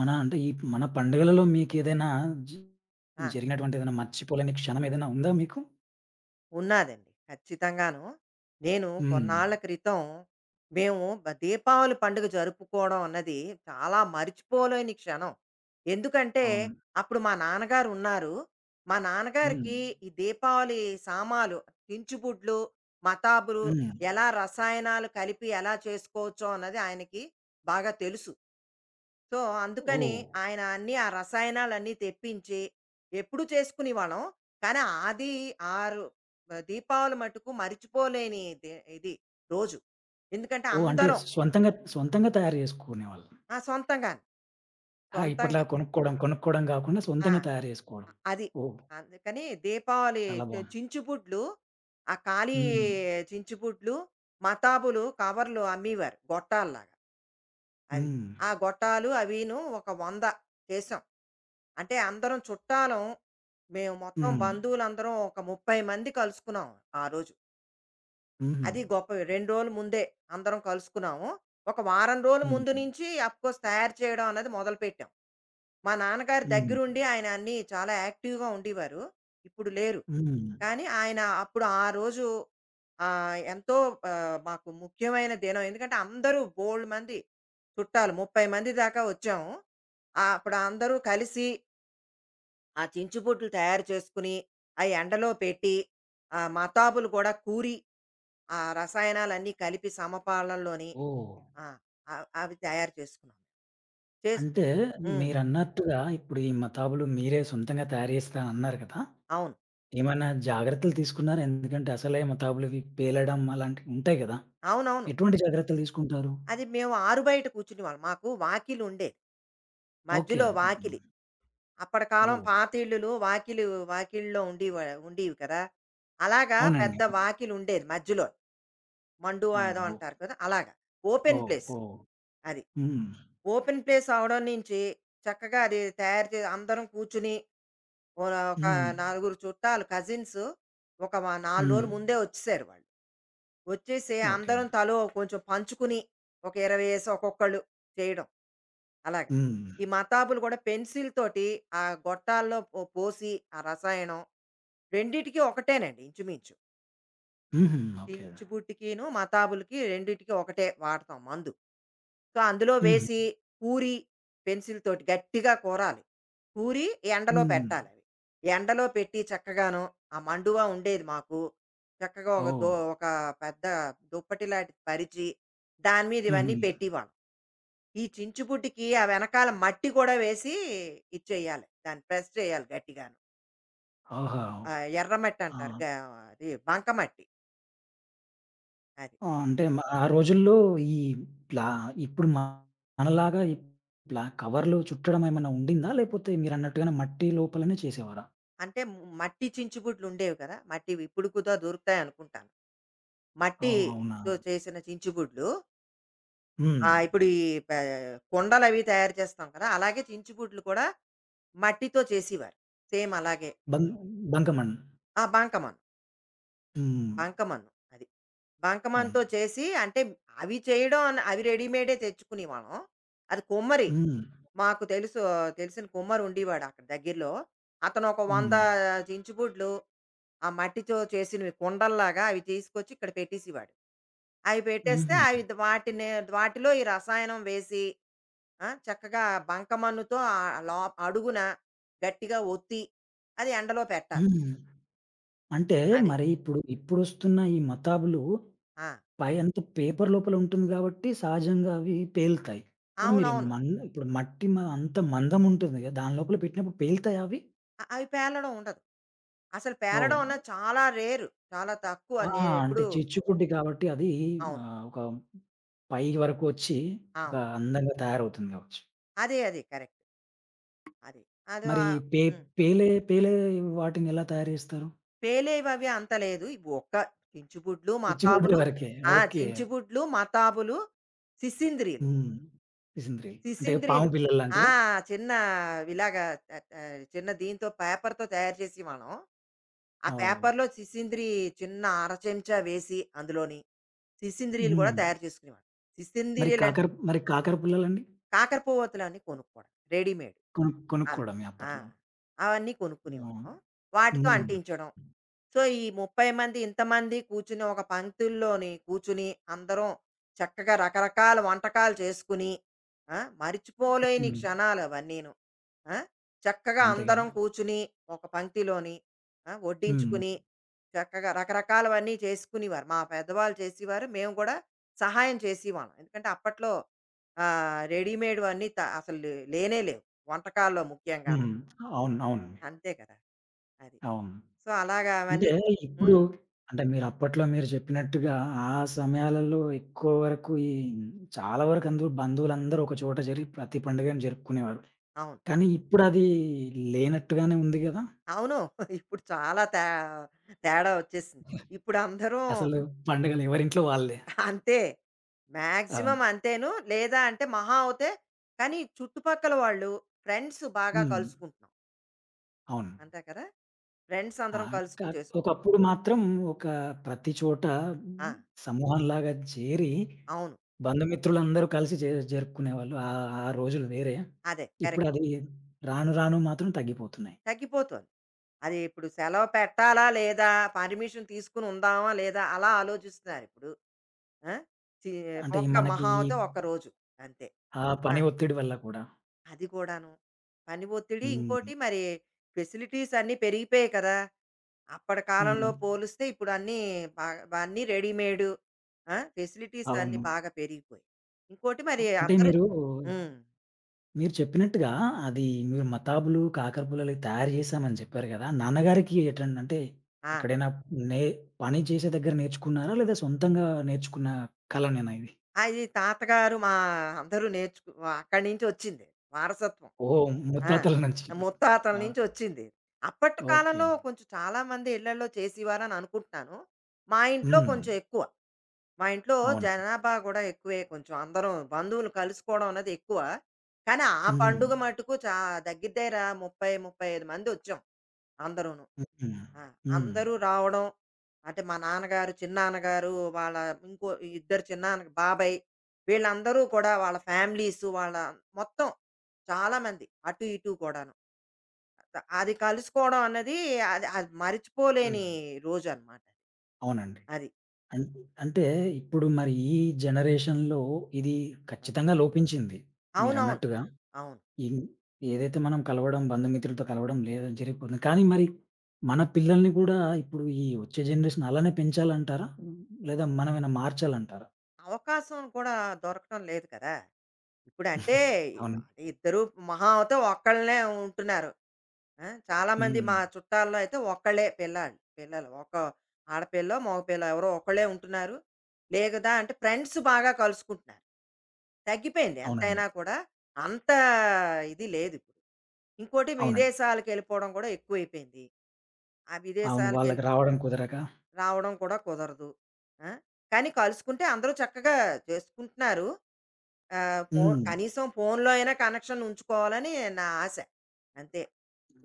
మన అంటే ఈ మన పండుగలలో మీకేదైనా జ ఆ! జరిగినటువంటి ఏదైనా మర్చిపోలేని క్షణం ఏదైనా ఉందా మీకు? ఉన్నాదండి. ఖచ్చితంగాను. నేను హ్మ్. కొన్నాళ్ళ క్రితం మేము దీపావళి పండుగ జరుపుకోవడం అన్నది చాలా మరిచిపోలేని క్షణం. ఎందుకంటే, అవును. అప్పుడు మా నాన్నగారు ఉన్నారు. మా హ్మ్. నాన్నగారికి ఈ దీపావళి సామాలు, చించుబుడ్లు, మతాబులు హ్మ్. ఎలా రసాయనాలు కలిపి ఎలా చేసుకోవచ్చో అన్నది ఆయనకి బాగా తెలుసు. సో, అందుకని ఓహ్! ఆయన అన్నీ ఆ రసాయనాలన్నీ తెప్పించి ఎప్పుడూ చేసుకునేవాళ్ళం. కానీ అది ఆరు దీపావళి మటుకు మరిచిపోలేని ది ఇది రోజు. ఎందుకంటే ఓహ్! అంటే అందరం సొంతంగా సొంతంగా తయారు చేసుకునేవాళ్ళు. ఆ! సొంతంగాను. ఆ! ఇప్పటిలా సొంతంగా. కొనుక్కోవడం గాకుండా ఆ! సొంతంగా తయారు చేసుకోవడం. అది. ఓహ్! అందుకని దీపావళి చాలా బావుంది. చించుబుడ్లు, ఆ ఖాళీ హ్మ్. చించుబుడ్లు, మతాబులు కవర్లు అమ్మేవారు గొట్టాల్లాగా. అవి. హ్మ్. ఆ గొట్టాలు అవిను ఒక 100 చేసాం. అంటే అందరం చుట్టాలం. మేము మొత్తం హ్మ్. బంధువులందరం ఒక 30 మంది కలుసుకున్నాం ఆ రోజు. హ్మ్. అది గొప్ప 2 రోజుల ముందే అందరం కలుసుకున్నాము. ఒక వారం రోజుల ముందు హ్మ్. నుంచి అఫ్‌కోర్స్ తయారు చేయడం అన్నది మొదలుపెట్టాం. మా నాన్నగారు హ్మ్. దగ్గరుండి ఆయన అన్నీ చాలా యాక్టివ్‌గా ఉండేవారు. ఇప్పుడు లేరు. హ్మ్. కానీ ఆయన అప్పుడు ఆ రోజు ఎంతో మాకు ముఖ్యమైన దినం. ఎందుకంటే అందరూ బోలెడు మంది చుట్టాలు 30 మంది దాకా వచ్చాము. ఆహ్, అప్పుడు అందరూ కలిసి ఆ చించుబుడ్లు తయారు చేసుకొని, అయి ఎండలో పెట్టి, ఆ మతాబులు కూడా కూరి, ఆ రసాయనాలన్నీ కలిపి సమపాలల్లోని ఓహ్! ఆ! అవి తయారు చేసుకున్నాం. చేసుకు అంటే హ్మ్. మీరన్నట్టుగా ఇప్పుడు ఈ మతాబులు మీరే సొంతంగా తయారు చేస్తా అన్నారు కదా! అవును. ఏమైనా జాగ్రత్తలు తీసుకున్నారా? ఎందుకంటే అసలే తాబేలువి పేలడం అలాంటివి ఉంటాయి గదా! అవునవును. ఎటువంటి జాగ్రత్తలు తీసుకుంటారు? అది మేము ఆరుబయట కూర్చునేవాళ్ళం. మాకు వాకిలుండేది. ఓకే. మధ్యలో ఓకే. వాకిలి. అప్పటి కాలం ఓహ్! పాత ఇళ్ళులు వాకిలి వాకిలిలో ఉండేవా ఉండేవి కదా! అలాగా అవునండి. పెద్ద వాకిలి ఉండేది మధ్యలో. మండువా ఏదో ఓహ్! అంటారు కదా! అలాగా. ఓపెన్ ఓహ్! ప్లేస్ ఓహ్! అది. హ్మ్. ఓపెన్ ప్లేస్ అవడం నుంచి చక్కగా అది తయారు చే అందరం కూర్చుని ఓ ఒక హ్మ్. నలుగురు చుట్టాలు కజిన్సు ఒక 4 హ్మ్. రోజుల ముందే వచ్చేసారు వాళ్ళు. వచ్చేసి ఓకే. అందరం తలో కొంచెం పంచుకుని ఒక 20 యేసి ఒక్కొక్కళ్ళు చేయడం. అలాగ. హ్మ్. ఈ మతాబులు గూడా పెన్సిల్ తోటి ఆ గొట్టాల్లో పోసి ఆ రసాయనం రెండిటికి ఒకటేనండి ఇంచుమించు. హుహు. ఓకే. చించుబుడ్డికిను, మతాబులకి రెండిటికి ఒకటే వాడతాం మందు. సో, అందులో హ్మ్. వేసి పూరి పెన్సిల్‌తోటి గట్టిగా కోరాలి. పూరి ఎండలో హ్మ్. పెట్టాలవి. ఎండలో పెట్టి చక్కగాను ఆ మండువా ఉండేది మాకు. చక్కగా ఓహ్! ఒక పెద్ద దుప్పటి లాంటిది పరిచి, దాని మీద ఇవన్నీ హుహు. పెట్టేవాళ్ళం. ఈ చించుబుడ్డికి ఆ వెనకాల మట్టి కూడా వేసి ఇది చేయాలి. దాన్ని ప్రెస్ చేయాలి గట్టిగాను. ఓహో! ఆహ్, ఎర్రమట్టి అంటారు. ఆ! గా అది బంకమట్టి అది. ఆ! అంటే ఆ రోజుల్లో ఈ ప్లా ఇప్పుడు మనలాగా ఈ కవర్‌లు చుట్టడం ఏమన్నా ఉండిందా? లేకపోతే మీరన్నట్టుగానే మట్టి లోపలనే చేసేవారా? అంటే మట్టి చించుబుడ్లుండేవి కదా! మట్టివి ఇప్పుడు కూడా దొరుకుతాయనుకుంటాను. ఓహ్! అవునా? మట్టితో చేసిన చించుబుడ్లు. ఆ! హ్మ్. ఇప్పుడు ఈ పే కుండలవి తయారు చేస్తాం కదా! అలాగే చించుబుడ్లు కూడా మట్టితో చేసేవారు. సేమ్ అలాగే. బంగ్ బంకమన్. ఆ! బంకమన్ను. హ్మ్. బంకమన్ను అది. అవును. బంకమన్నుతో చేసి అంటే అవి చేయడం అవి రెడీమేడే తెచ్చుకునేవాళ్ళం. అది కుమ్మరి. హ్మ్. మాకు తెలుసు తెలిసిన కుమ్మరి ఉండేవాడు అక్కడ దగ్గరలో. అతను ఒక 100 హ్మ్. చించుబుడ్లు ఆ మట్టితో చేసినవి కుండల్లాగా అవి తీసుకొచ్చి ఇక్కడ పెట్టేసేవాడు. అవి పెట్టేస్తే హుహు. అవి వాటిని వాటిలో ఈ రసాయనం వేసి ఆ, చక్కగా బంకమన్నుతో ఆ లో అడుగున గట్టిగా ఒత్తి అది ఎండలో పెట్టాలి. హ్మ్. అంటే అది మరి ఇప్పుడు ఇప్పుడొస్తున్న ఈ మతాబులు ఆ, పై అంత పేపర్ లోపల ఉంటుంది గాబట్టి సహజంగా అవి పేలుతాయి. కానీ మీరు అవునవును, ఇప్పుడు మట్టి అంత మందం ఉంటుంది గదా! దాని లోపల పెట్టినప్పుడు పేలుతాయా అవి? అవి పేలడం ఉండదు. అసలు పేలడం ఓహ్! అన్నది చాలా రేరు, చాలా తక్కువ. ఆ! నేను అంటే ఎప్పుడు చిచ్చుబుడ్డి కాబట్టి అది అవును ఆహ్, ఒక పై వరకు ఒచ్చి ఒక అవును అందంగా తయారవుతుంది గావచ్చు. అదే అది కరెక్ట్ అది అది మరి ఆ- పే ఉమ్. పేలే పేలే వాటిని ఎలా తయారు జేస్తారు? పేలేవి అవి అంత లేదు. ఇవి ఒక్క చించుబుడ్లు, చిచ్చుబుడ్డి మతాబులు, వరకే. ఆ ఓకే. చించుబుడ్లు మతాబులు సిసింద్రీలు, హ్మ్. సిసింద్రి. అంటే పాము శిశింద్రీలు. పిల్లలు ఆ! లాంటివా? చిన్న ఇలాగా, ఆహ్, ఆహ్, చిన్న దీంతో పేపర్‌తో తయారు చేసేవాళ్ళం. ఆ ఓహ్! పేపర్‌లో శిశింద్రి చిన్న అర చెంచా వేసి అందులోని శిశింద్రీలు గూడా హ్మ్. తయారు చేసుకునేవాళ్ళం. శిశింద్రీలని. మరి కాకర పుల్లలండి? కాకరపువ్వొత్తులన్నీ కొనుక్కోవడం రెడీమేడ్. ఆ! కొనుక్కోవడమే ఆ! అప్పట్లో. అవన్నీ ఓహ్! కొనుక్కునేవాళ్ళం. వాటితో హ్మ్. అంటించడం. సో, ఈ 30 మంది ఇంతమంది కూర్చుని ఒక పంక్తుల్లోని కూర్చుని అందరం చక్కగా రకరకాల వంటకాలు చేసుకుని, ఆ! మరిచిపోలేని హ్మ్. క్షణాలు అవన్నీను. ఆ! చక్కగా అంతే గదా! అందరం కూర్చుని ఒక పంక్తిలోని ఆ! హ్మ్. వడ్డించుకుని చక్కగా రకరకాలవన్నీ చేసుకునేవారు. మా పెద్దవాళ్ళు చేసేవారు. మేము కూడా సహాయం చేసేవాళ్ళం. ఎందుకంటే అప్పట్లో ఆహ్, రెడీమేడ్ అన్నీ అసలు లేనే లేవు. వంటకాల్లో ముఖ్యంగాను. హ్మ్. అవును. అవును. అంతే కదా! అది. అవును. సో, అలాగా అంటే అవన్నీ ఇప్పుడు హ్మ్. అంటే మీరు అప్పట్లో మీరు చెప్పినట్టుగా ఆ సమయాలలో ఎక్కువ వరకు ఈ చాలా వరకు అందరూ బంధువులందరూ ఒక చోట చేరి ప్రతి పండుగను జరుపుకునేవారు. అవును. కానీ ఇప్పుడది లేనట్టుగానే ఉంది గదా! అవును. ఇప్పుడు చాలా తేడా వచ్చేసింది. ఇప్పుడు అందరూ అసలు హ్మ్. పండుగలు ఎవరింట్లో వాళ్ళే. అంతే. అవును. మాక్సిమం అంతేను. లేదా అంటే మహా అవుతే కానీ చుట్టుపక్కల వాళ్ళు, ఫ్రెండ్స్ బాగా హ్మ్. కలుసుకుంటున్నాం. అవును. అంతే కదా! ఫ్రెండ్స్ ఆ! అందరం కా కలుసుకొని చేసుకుంటాం. ఒకప్పుడు మాత్రం ఒక ప్రతి చోట ఆ! సమూహంలాగా చేరి అవును. బంధుమిత్రులందరూ కలిసి జరుపుకునేవాళ్ళు. ఆ ఆ రోజులు వేరే. అదే కరెక్ట్. ఇప్పుడది రాను రాను మాత్రం తగ్గిపోతున్నాయి. తగ్గిపోతోంది. అది ఇప్పుడు సెలవు పెట్టాలా? లేదా? పర్మిషన్ తీసుకొని ఉందామా? లేదా? అలా ఆలోచిస్తున్నారిప్పుడు. ఆ! చి అంటే ఈ ఒక్క మనకి మహా అవుతే ఒక్క రోజు, అంతే. ఆ ఆ! పని ఒత్తిడి వల్ల కూడా. అది కూడాను. పని ఒత్తిడి, హ్మ్. ఇంకోటి మరి ఫెసిలిటీస్ అన్నీ పెరిగిపోయాయి కదా! అప్పటి కాలంలో హ్మ్. పోలిస్తే ఇప్పుడు అన్నీ బాగా అన్నీ రెడీమేడు. ఆ! ఫెసిలిటీస్ అన్నీ అవును. బాగా పెరిగిపోయాయి. ఇంకోటి మరి అంటే అందరూ మీరు హ్మ్. మీరు చెప్పినట్టుగా అది మీరు మతాబులు, కాకర పుల్లలు తయారు చేశామని చెప్పారు గదా! నాన్నగారికి అంటే ఆ! ఎక్కడైనా నే పని చేసే దగ్గర నేర్చుకున్నారా? లేదా సొంతంగా నేర్చుకున్న కళనేనా ఇది? అది తాతగారు మా అందరూ అక్కడి నుంచి వచ్చింది, వారసత్వం. ఓహ్! ఆ! ముత్తాతల నుంచి. ముత్తాతల ఆ! నుంచి వచ్చింది. అప్పటి ఓకే. కాలంలో కొంచెం చాలా మంది ఇళ్లలో చేసేవారని అనుకుంటున్నాను. మా ఇంట్లో హ్మ్. కొంచెం ఎక్కువ. మా ఇంట్లో అవును. జనాభా గూడా ఎక్కువే కొంచెం. అందరం బంధువులు కలుసుకోవడం అన్నది ఎక్కువ. కానీ ఆ హ్మ్. పండుగ మటుకు దగ్గర దగ్గర 30, 35 మందొచ్చాం అందరూను. హ్మ్. ఆ! హ్మ్. అందరూ రావడం, అంటే మా నాన్నగారు, చిన్నాన్నగారు, వాళ్ళ ఇంకో ఇద్దరు చిన్నాన్న, బాబాయ్, వీళ్ళందరూ కూడా వాళ్ళ ఫ్యామిలీసు, వాళ్ళ మొత్తం చాలా మంది. అటు ఇటు కూడాను. అది కలుసుకోవడం అన్నది అది అది హ్మ్. మరిచిపోలేని రోజన్నమాట. అవునండి. అది. అన్ అంటే ఇప్పుడు మరి ఈ జనరేషన్‌లో ఇది ఖచ్చితంగా లోపించింది అవునవును. మీరన్నట్టుగా. అవును. ఇన్ ఏదైతే మనం కలవడం, బంధుమిత్రులతో కలవడం లేదా జరిగిపోతుంది. కానీ మరి మన పిల్లల్ని కూడా ఇప్పుడు ఈ వచ్చే జనరేషన్ అలానే పెంచాలంటారా? లేదా మనమేమైనా మార్చాలంటారా? అవకాశం కూడా దొరకటం లేదు కదా! ఇప్పుడంటే అవును. ఇద్దరు, మహా అవుతే ఒక్కళ్ళే ఉంటున్నారు. ఆ! చాలామంది హ్మ్. మా చుట్టాల్లో అయితే ఒక్కళ్ళే పిల్లాళ్ళు. పిల్లలు ఒక ఆడపిల్లో, మగపిల్లో, ఎవరో ఒకళ్ళే ఉంటున్నారు. లేదా అంటే ఫ్రెండ్స్ బాగా కలుసుకుంటున్నారు. తగ్గిపోయింది అవునండి. ఎంతైనా కూడా. అంత ఇది లేదు ఇప్పుడు. ఇంకోటి అవునండి. విదేశాలకెళ్ళిపోవడం కూడా ఎక్కువైపోయింది. ఆ అవును. వాళ్ళకి విదేశాలకెళ్ళి రావడం కుదరక రావడం కూడా కుదరదు. ఆ! కానీ కలుసుకుంటే అందరూ చక్కగా చేసుకుంటున్నారు. ఆహ్, ఫోన్ హ్మ్. కనీసం ఫోన్‌లో అయినా కనెక్షన్ ఉంచుకోవాలని నా ఆశ. అంతే.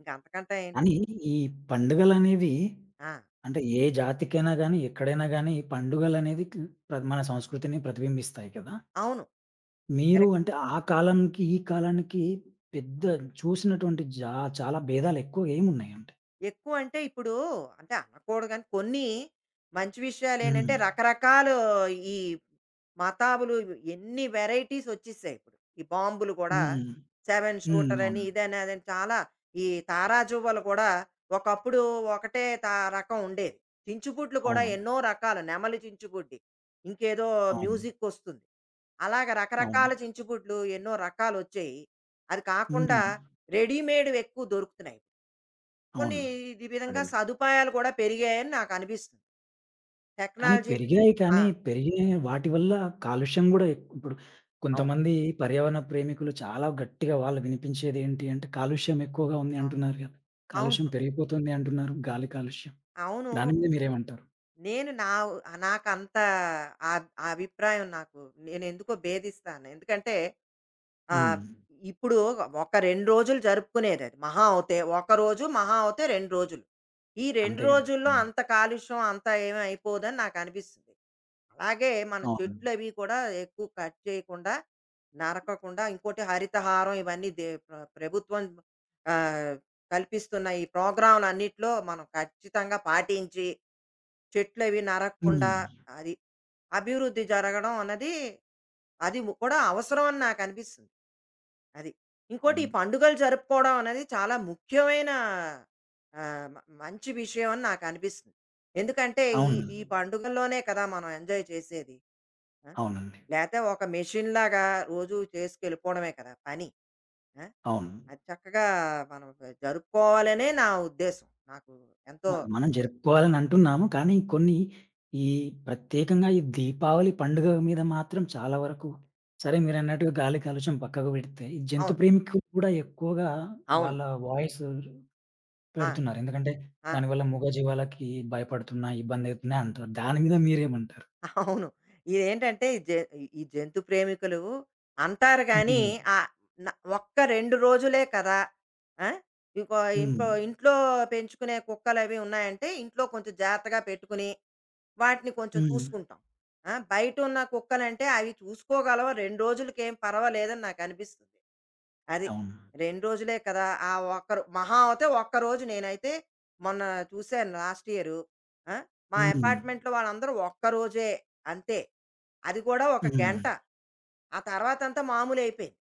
ఇంక అంతకంటే ఏం కానీ ఈ పండుగలనేవి ఆ! అంటే ఏ జాతికైనా గానీ, ఎక్కడైనా గానీ ఈ పండుగలనేవి మన సంస్కృతిని ప్రతిబింబిస్తాయి కదా! అవును. మీరు కరెక్ట్. అంటే ఆ కాలానికి, ఈ కాలానికి పెద్ద చూసినటువంటి చాలా భేదాలెక్కువ ఏమున్నాయంటారు? ఎక్కువంటే ఇప్పుడు అంటే అనకూడదు గానీ కొన్ని మంచి హ్మ్. విషయాలేంటంటే రకరకాలు ఈ మతాబులు ఎన్ని వెరైటీస్ వచ్చేసాయి ఇప్పుడు. ఈ బాంబులు కూడా హ్మ్. 7 హ్మ్. షూటర్ అని అవును. ఇదని అదని చాలా ఈ తారాజువ్వలు కూడా ఒకప్పుడు ఒకటే త రకం ఉండేది. చించుబుడ్లు కూడా అవును. ఎన్నో రకాలు, నెమలి చించుబుడ్డి. ఇంకేదో అవును. మ్యూజిక్ వస్తుంది. అలాగ రకరకాల అవును. చించుగుడ్లు ఎన్నో రకాలొచ్చాయి. అది కాకుండా హ్మ్. రెడీమేడ్‌వి ఎక్కువ దొరుకుతున్నాయి. కొన్ని అవును. ఈ విధంగా అదేలే. సదుపాయాలు కూడా పెరిగాయని నాకనిపిస్తుంది. కానీ టెక్నాలజీ పెరిగాయి ఆ! కానీ పెరిగిన వాటి వల్ల కాలుష్యం గూడా ఇప్పుడు అవును. కొంతమంది పర్యావరణ ప్రేమికులు చాలా గట్టిగా వాళ్ళు వినిపించేది ఏంటి అంటే కాలుష్యం ఎక్కువగా ఉంది అవును. అంటున్నారు గదా! అవును. కాలుష్యం పెరిగిపోతుంది అంటున్నారు. గాలి కాలుష్యం. అవును. దాని మీద మీరేమంటారు? నేను నా నాకంత ఆ ఆ అభిప్రాయం నాకు నేనెందుకో భేదిస్తాను. ఎందుకంటే ఆహ్, హ్మ్. ఇప్పుడు ఒక 2 రోజులు జరుపుకునేదది. మహా అవుతే ఒక రోజు, మహా అవుతే 2 రోజులు. ఈ 2 అంతే గదా! రోజుల్లో అవును. అంత కాలుష్యం అంతా ఏమి అయిపోదని నాకనిపిస్తుంది. అలాగే మన అవును. చెట్లు అవి కూడా ఎక్కువ కట్ చేయకుండా నరకకుండా, ఇంకోటి హరితహారం ఇవన్నీ ప్రభుత్వం ఆ, కల్పిస్తున్న ఈ ప్రోగ్రాంలు అన్నిట్లో మనం ఖచ్చితంగా పాటించి చెట్లు అవి నరకకుండా హ్మ్. అది అభివృద్ధి జరగడం అన్నది అది కూడా అవసరం అని నాకు అనిపిస్తుంది. అది ఇంకోటి ఈ అవును. పండుగలు జరుపుకోవడం అనేది చాలా ముఖ్యమైన ఆ, మంచి విషయం అని నాకు అనిపిస్తుంది. ఎందుకంటే ఈ అవును. ఈ పండుగల్లోనే కదా మనం ఎంజాయ్ చేసేది. అవునండి. లేతే ఒక మెషిన్‌లాగా రోజు చేసుకెళ్ళిపోవడమే కదా పని. ఆ! అవును. అది చక్కగా మనం జరుపుకోవాలనే నా ఉద్దేశం. నాకు ఎంతో ఆ! మనం జరుపుకోవాలని అంటున్నాము. కానీ కొన్ని ఈ ప్రత్యేకంగా ఈ దీపావళి పండుగ మీద మాత్రం చాలా వరకు సరే మీరన్నట్టుగా గాలి కాలుష్యం పక్కకు పెడితే, ఈ జంతు అవును. ప్రేమికులు కూడా ఎక్కువగా అవును. వాళ్ళ వాయిస్ ఆ! పెడుతున్నారు. ఎందుకంటే ఆ! దానివల్ల మూగ జీవాలకి భయపడుతున్నాయి, ఇబ్బందయితున్నాయి అంటారు. దాని మీద మీరేమంటారు? అవును. ఇదేంటంటే ఈ జంతు ప్రేమికులు అంటారు గానీ హ్మ్. ఆహ్, న ఒక్క 2 రోజులే కదా! ఆ! ఇంకో హ్మ్. ఇంకో ఇంట్లో పెంచుకునే కుక్కలవి ఉన్నాయంటే ఇంట్లో కొంచెం జాగ్రత్తగా పెట్టుకుని వాటిని కొంచెం హ్మ్. చూసుకుంటాం. ఆ! బయటున్న కుక్కలంటే అవి చూసుకోగలవు. 2 రోజులకేం పర్వాలేదని నాకనిపిస్తుంది. అది. అవును. 2 రోజులే కదా! ఆ ఒక్కరు మహా అవుతే ఒక్కరోజు నేనైతే మొన్న చూశాను లాస్ట్ ఇయరు. ఆ! మా హ్మ్. అపార్ట్మెంట్‌లో వాళ్ళందరూ ఒక్కరోజే, అంతే. అది కూడా ఒక హ్మ్. గంట. ఆ తర్వాతంతా మామూలయిపోయింది.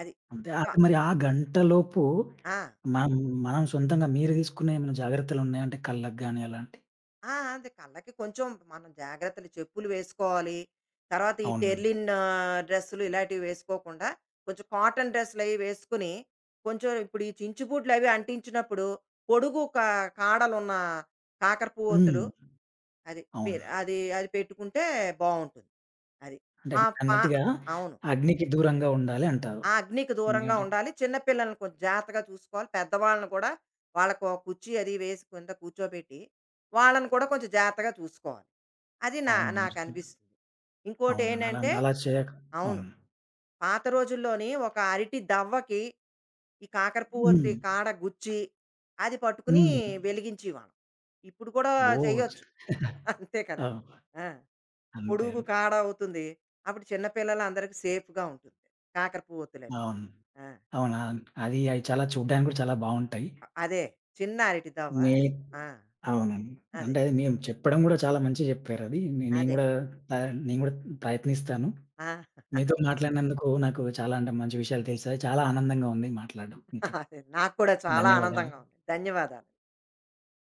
అది. అంటే ఆ! అంటే మరి ఆ గంటలోపు ఆ! మనం మనం సొంతంగా మీరు తీసుకునే ఏమైనా జాగ్రత్తలున్నాయా? అంటే కళ్ళకి గాని అలాంటివి? ఆ! అంతే కళ్ళకి కొంచెం మనం జాగ్రత్తలు, చెప్పులు వేసుకోవాలి. తర్వాత ఈ అవును. టెర్లిన్ ఆ, డ్రెస్సులు ఇలాంటివి వేసుకోకుండా, కొంచెం కాటన్ డ్రెస్సులవి వేసుకొని, కొంచెం ఇప్పుడు ఈ చించు బూట్లవి అంటించినప్పుడు పొడుగు కాడలున్న కాకర పువ్వొత్తులు హ్మ్. అది. అవును. మీరు అది అది పెట్టుకుంటే బావుంటుంది. అది. అంటే మా పా మీరన్నట్టుగా అవును. అగ్నికి దూరంగా ఉండాలి అంటారు. ఆ అగ్నికి దూరంగా ఎందుకంటే ఉండాలి. చిన్న పిల్లల్ని కొంచెం జాగ్రత్తగా చూసుకోవాలి. పెద్దవాళ్ళని కూడా వాళ్ళకి ఒక కుర్చీ అది వేసి కింద కూర్చోబెట్టి, వాళ్ళని కూడా కొంచెం జాగ్రత్తగా చూసుకోవాలి. అది అవును. మీరు నాకనిపిస్తుంది. అవును. అలా ఇంకోటేంటంటే అలా చేయక అవును. అవును. పాత రోజుల్లోని ఒక అరటి దవ్వకి ఈ కాకర పువ్వొత్తి హ్మ్. కాడ గుచ్చి, అది పట్టుకుని హ్మ్. వెలిగించేవాళ్ళం. ఇప్పుడు కూడా ఓహ్! చేయొచ్చు. అంతే కదా! అవును. ఆ! అంతే పొడుగు అండి. కాడ అవుతుంది. అప్పుడు చిన్న పిల్లలందరికీ సేఫ్‌గా ఉంటుంది. కాకర పువ్వొత్తులవి. అవును. ఆ! అవునా? అది అయి చాలా చూడ్డానికి కూడా చాలా బావుంటాయి. అదే. చిన్న అరటి దవ్వ. మీ ఆ! అవునండి. అదే. అంటే అది మేము చెప్పడం గూడా చాలా మంచిగా చెప్పారది. నేను అదే. గూడా ఆహ్, నేను గూడా ప్రయత్నిస్తాను. ఆ! మీతో మాట్లాడినందుకు నాకు చాలా అంటే మంచి విషయాలు తెలిసాయి. చాలా ఆనందంగా ఉంది మాట్లాడడం మీతో. అదే. నాకు కూడా చాలా ధన్యవాదాలు. ఆనందంగా ఉంది. ధన్యవాదాలు.